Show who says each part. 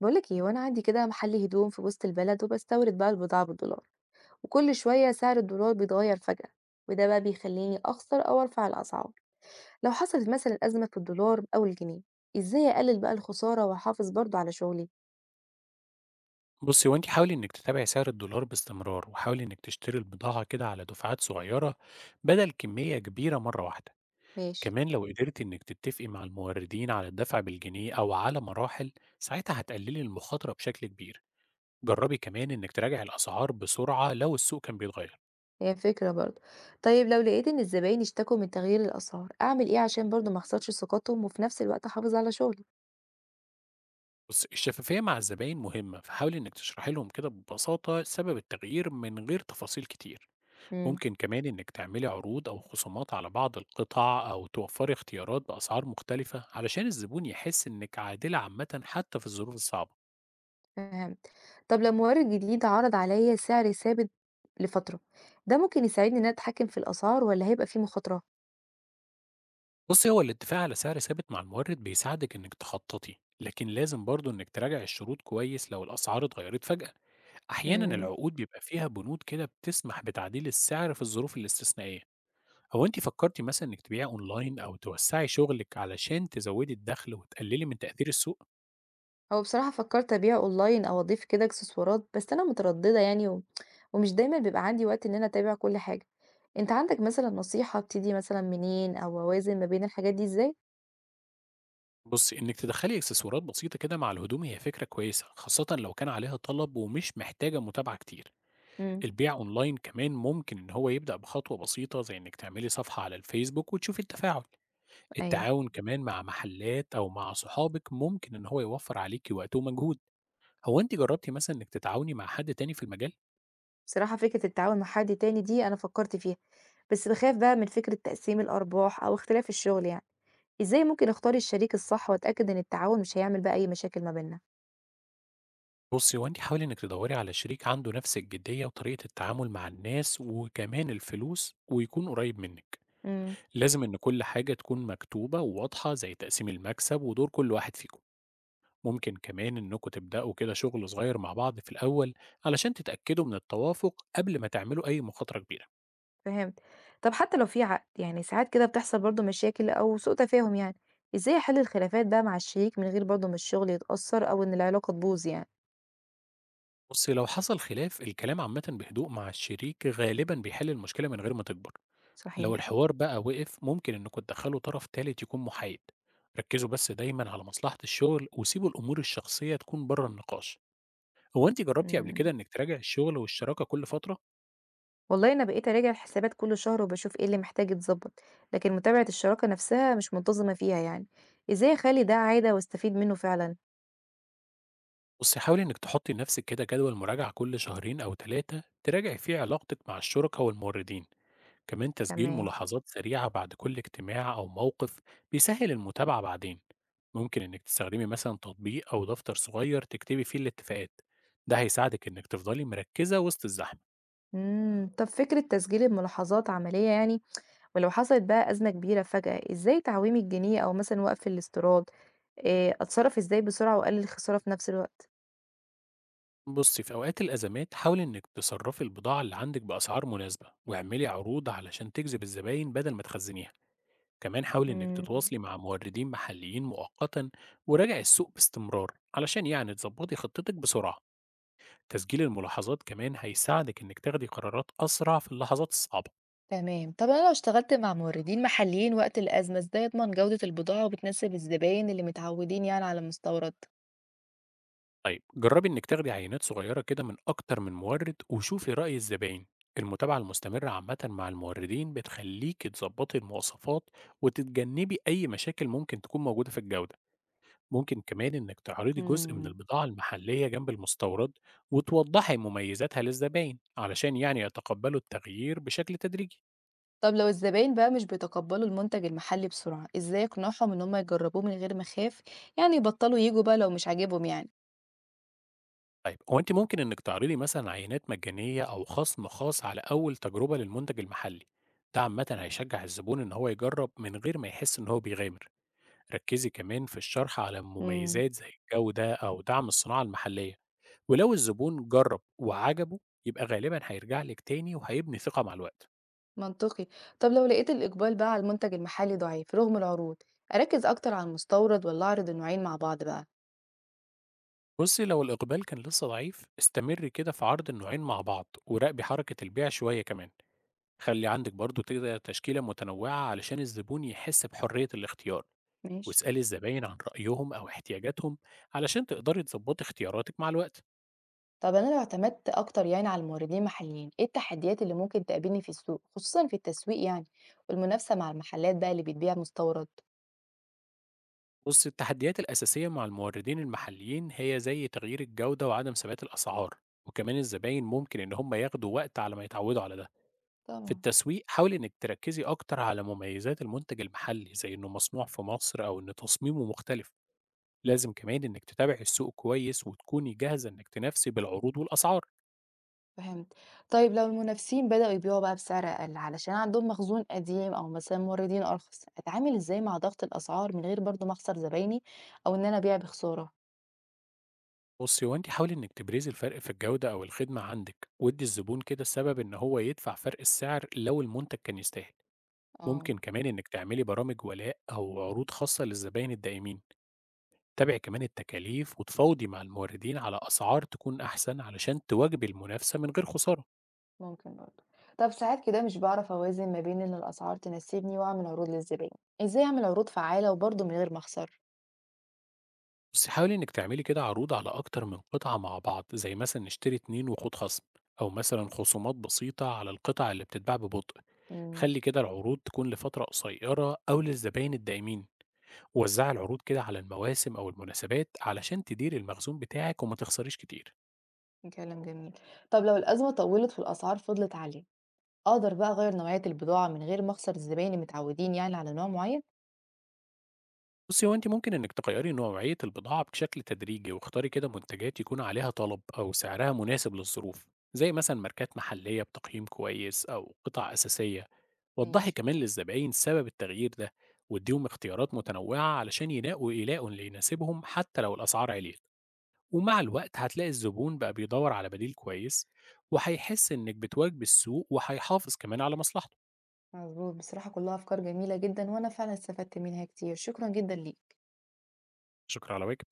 Speaker 1: بقولك ايه؟ وانا عندي كده محل هدوم في وسط البلد، وبستورد بقى البضاعة بالدولار، وكل شوية سعر الدولار بيتغير فجأة، وده بقى بيخليني اخسر او ارفع الاسعار. لو حصلت مثلا ازمة في الدولار او الجنيه، ازاي اقلل بقى الخسارة واحافظ برضو على شغلي؟
Speaker 2: بُصّي، هو أنتِ حاولي إنِّك تتابعي سعر الدولار باستمرار، وحاولي إنِّك تشتري البضاعة كده على دفعات صغيّرة بدل كمية كبيرة مرّة واحدة،
Speaker 1: ماشي.
Speaker 2: كمان لو قدرتِ إنِّك تتفقي مع الموردين على الدفع بالجنيه أو على مراحل، ساعتها هتقللي المخاطرة بشكل كبير، جرّبي كمان إنِّك تراجعي الأسعار بسرعة لو السوق كان بيتغيّر،
Speaker 1: هي فكرة برضو. طيب لو لقيت ان الزباين اشتكوا من تغيير الاسعار، اعمل ايه عشان برضو ما اخسرش ثقتهم وفي نفس الوقت احافظ على شغلي؟
Speaker 2: بُصّي، الشفافية مع الزباين مهمة، فحاولي إنِّك تشرحي لهم كده ببساطة سبب التغيير من غير تفاصيل كتير. ممكن كمان إنك تعملي عروض أو خصومات على بعض القطع أو توفري اختيارات بأسعار مختلفة علشان الزبون يحس إنك عادلة عامة حتى في الظروف الصعبة.
Speaker 1: فهمت. طب لو مورد جديد عرض عليا سعر ثابت لفترة، ده ممكن يساعدني إن أنا أتحكم في الأسعار والّا هيبقى فيه مخاطرة؟
Speaker 2: بصي هو الاتفاق على سعر ثابت مع المورد بيساعدك إنك تخططي، لكن لازم برضه إنك تراجع الشروط كويس لو الأسعار اتغيرت فجأة. أحيانا
Speaker 1: إمم.
Speaker 2: العقود بيبقى فيها بنود كده بتسمح بتعديل السعر في الظروف الاستثنائية. هو أنت فكرتي مثلا إنك تبيعي أونلاين أو توسعي شغلك علشان تزودي الدخل وتقللي من تأثير السوق؟
Speaker 1: هو بصراحة فكرت أبيع أونلاين أو أضيف كده إكسسوارات، بس أنا مترددة يعني و ومش دايمًا بيبقى عندي وقت إن أنا أتابع كل حاجة. أنت عندك مثلًا نصيحة أبتدي مثلًا منين أو أوازن ما بين الحاجات دي إزاي؟
Speaker 2: بصي انك تدخلي اكسسوارات بسيطه كده مع الهدوم هي فكره كويسه خاصه لو كان عليها طلب ومش محتاجه متابعه كتير.
Speaker 1: إمم،
Speaker 2: البيع اونلاين كمان ممكن ان هو يبدا بخطوه بسيطه زي انك تعملي صفحه على الفيسبوك وتشوفي التفاعل.
Speaker 1: أيوه.
Speaker 2: التعاون كمان مع محلات او مع صحابك ممكن ان هو يوفر عليكي وقت ومجهود. هو انت جربتي مثلا انك تتعاوني مع حد تاني في المجال؟
Speaker 1: بصراحة فكرة التعاون مع حد تاني دي أنا فكرت فيها، بس باخاف بقى من فكرة تقسيم الأرباح أو اختلاف الشغل يعني. إزاي ممكن أختار الشريك الصح وأتأكد إن التعاون مش هيعمل بقى أي مشاكل ما بيننا؟
Speaker 2: بصي هو انت حاولي انك تدوري على شريك عنده نفس الجديه وطريقه التعامل مع الناس وكمان الفلوس ويكون قريب منك.
Speaker 1: امم.
Speaker 2: لازم إن كل حاجة تكون مكتوبة وواضحة زي تقسيم المكسب ودور كل واحد فيكم. ممكن كمان إنكم تبدأوا كده شغل صغير مع بعض في الأول علشان تتأكدوا من التوافق قبل ما تعملوا أي مخاطرة كبيرة.
Speaker 1: فهمت. طب حتى لو في عقد يعني، ساعات كده بتحصل برضو مشاكل او سوء تفاهم يعني. ازاي احل الخلافات بقى مع الشريك من غير برضو ما الشغل يتأثر او ان العلاقة تبوظ يعني؟
Speaker 2: بص لو حصل خلاف الكلام عامة بهدوء مع الشريك غالبا بيحل المشكلة من غير ما تكبر. لو
Speaker 1: صحيح.
Speaker 2: الحوار بقى وقف ممكن إنكم تدخلوا طرف تالت يكون محايد. ركزوا بس دايما على مصلحة الشغل وسيبوا الأمور الشخصية تكون بره النقاش. هو أنت جربتي قبل كده
Speaker 1: مم.
Speaker 2: إنك تراجع الشغل والشراكة كل فترة؟
Speaker 1: والله أنا بقيت أراجع الحسابات كل شهر وبشوف إيه اللي محتاج يتظبط، لكن متابعة الشراكة نفسها مش منتظمة فيها يعني. إزاي أخلي ده عادة وأستفيد منه فعلا؟
Speaker 2: بصي حاولي إنك تحطي لنفسك كده جدول مراجعة كل شهرين أو ثلاثة تراجعي فيه علاقتك مع الشركاء والموردين، كمان تسجيل
Speaker 1: تمام.
Speaker 2: ملاحظات سريعة بعد كل اجتماع أو موقف بيسهل المتابعة بعدين، ممكن إنك تستخدمي مثلا تطبيق أو دفتر صغير تكتبي فيه الاتفاقات، ده هيساعدك إنك تفضلي مركزة وسط الزحمة.
Speaker 1: طب فكرة تسجيل الملاحظات عملية يعني. ولو حصلت بقى أزمة كبيرة فجأة، إزاي تعويم الجنيه أو مثلًا وقف الاستيراد، أتصرّف إزاي بسرعة وأقلل الخسارة في نفس الوقت؟
Speaker 2: بصي في أوقات الأزمات حاولي إنك تصرفي البضاعة اللي عندك بأسعار مناسبة واعملي عروض علشان تجذب الزباين بدل ما تخزنيها. كمان حاولي إنك
Speaker 1: إمم،
Speaker 2: تتواصلي مع موردين محليين مؤقتا وراجعي السوق باستمرار علشان يعني تظبطي خطتك بسرعة. تسجيل الملاحظات كمان هيساعدك إنك تاخدي قرارات أسرع في اللحظات الصعبة.
Speaker 1: تمام. طب أنا لو اشتغلت مع موردين محليين وقت الأزمة، إزاي أضمن جودة البضاعة وبتناسب الزباين اللي متعودين يعني على المستورد؟
Speaker 2: طيب جربي إنك تاخدي عينات صغيرة كده من أكتر من مورد وشوفي رأي الزباين. المتابعة المستمرة عامة مع الموردين بتخليك تظبطي المواصفات وتتجنبي أي مشاكل ممكن تكون موجودة في الجودة. ممكن كمان إنك تعرضي جزء من
Speaker 1: إمم.
Speaker 2: البضاعة المحلية جنب المستورد وتوضحي مميزاتها للزباين علشان يعني يتقبلوا التغيير بشكل تدريجي.
Speaker 1: طب لو الزباين بقى مش بيتقبلوا المنتج المحلي بسرعة، إزاي أقنعهم إن هم يجربوه من غير ما أخاف، يعني يبطلوا ييجوا بقى لو مش عاجبهم يعني؟
Speaker 2: طيب هو أنت ممكن إنك تعرضي مثلا عينات مجانية أو خصم خاص على أول تجربة للمنتج المحلي. ده عامة هيشجع الزبون إن هو يجرب من غير ما يحس إن هو بيغامر. ركزي كمان في الشرح على
Speaker 1: إمم.
Speaker 2: مميزات زي الجودة أو دعم الصناعة المحلية. ولو الزبون جرب وعجبه يبقى غالبا هيرجع لك تاني وهيبني ثقة مع الوقت.
Speaker 1: منطقي. طب لو لقيت الإقبال بقى على المنتج المحلي ضعيف رغم العروض، أركز أكتر على المستورد ولا أعرض النوعين مع بعض بقى؟
Speaker 2: بُصّي، لو الإقبال كان لسه ضعيف، استمري كده في عرض النوعين مع بعض، وراقبي حركة البيع شوية كمان. خلّي عندِك برضه كده تشكيلة متنوعة علشان الزبون يحس بحرية الاختيار،
Speaker 1: ماشي.
Speaker 2: واسألي الزباين عن رأيهم أو احتياجاتهم علشان تقدري تضبّطي اختياراتِك مع الوقت.
Speaker 1: طب أنا لو اعتمدت أكتر يعني على الموردين المحليين، إيه التحديات اللي ممكن تقابلني في السوق خصوصا في التسويق يعني والمنافسة مع المحلات بقى اللي بتبيع مستورد؟
Speaker 2: بُصّي، التحديات الأساسية مع الموردين المحليين هي زي تغيير الجودة وعدم ثبات الأسعار، وكمان الزباين ممكن إن هم ياخدوا وقت على ما يتعودوا على ده. في
Speaker 1: طبعا.
Speaker 2: التسويق حاولي إنِك تركزي أكتر على مميزات المنتج المحلي زي إنه مصنوع في مصر أو إن تصميمه مختلف، لازم كمان إنك تتابعي السوق كويس وتكوني جاهزة إنك تنافسي بالعروض والأسعار.
Speaker 1: فهمت. طيب لو المنافسين بدأوا يبيعوا بقى بسعر أقل علشان عندهم مخزون قديم أو مثلا موردين أرخص، أتعامل إزاي مع ضغط الأسعار من غير برضو ما أخسر زبايني أو إن أنا أبيع بخسارة؟
Speaker 2: بصي هو أنت حاولي إنك تبرزي الفرق في الجودة أو الخدمة عندك، وادي الزبون كده السبب إن هو يدفع فرق السعر لو المنتج كان يستاهل.
Speaker 1: اه.
Speaker 2: ممكن كمان إنك تعملي برامج ولاء أو عروض خاصة للزباين الدائمين، تابعي كمان التكاليف وتفاوضي مع الموردين على أسعار تكون أحسن علشان تواجبي المنافسة من غير خسارة.
Speaker 1: ممكن برضه. طب ساعات كده مش باعرف أوازن ما بين إن الأسعار تناسبني وأعمل عروض للزبائن، إزاي أعمل عروض فعّالة وبرضه من غير ما أخسر؟
Speaker 2: بُصي حاولي إنِك تعملي كده عروض على أكتر من قطعة مع بعض، زي مثلًا اشتري 2 وخُد خصم، أو مثلًا خصومات بسيطة على القطع اللي بتتباع ببطء.
Speaker 1: إمم،
Speaker 2: خلّي كده العروض تكون لفترة قصيرة أو للزباين الدائمين، ووزعي العروض كده على المواسم أو المناسبات علشان تديري المخزون بتاعِك وما تخسريش كتير.
Speaker 1: كلام جميل. طب لو الأزمة طوّلت والأسعار فضلت عالية، أقدر بقى أغيّر نوعية البضاعة من غير ما أخسر الزباين المتعودين يعني على نوع معيّن؟
Speaker 2: بُصي هو أنتِ ممكن إنِك تغيّري نوعية البضاعة بشكل تدريجي، واختاري كده منتجات يكون عليها طلب أو سعرها مناسب للظروف، زي مثلًا ماركات محلية بتقييم كويس أو قطع أساسية. وضحي
Speaker 1: ماشي،
Speaker 2: كمان للزباين سبب التغيير ده واديهم اختيارات متنوعة علشان يلاقوا اللي يناسبهم حتى لو الأسعار عليت. ومع الوقت هتلاقي الزبون بقى بيدور على بديل كويس وهيحس إنك بتواكب السوق وهيحافظ كمان على مصلحته.
Speaker 1: مضبوط. بصراحة كلّها أفكار جميلة جدًا وأنا فعلًا استفدت منها كتير، شكرًا جدًا ليك.
Speaker 2: شكرا على واجب.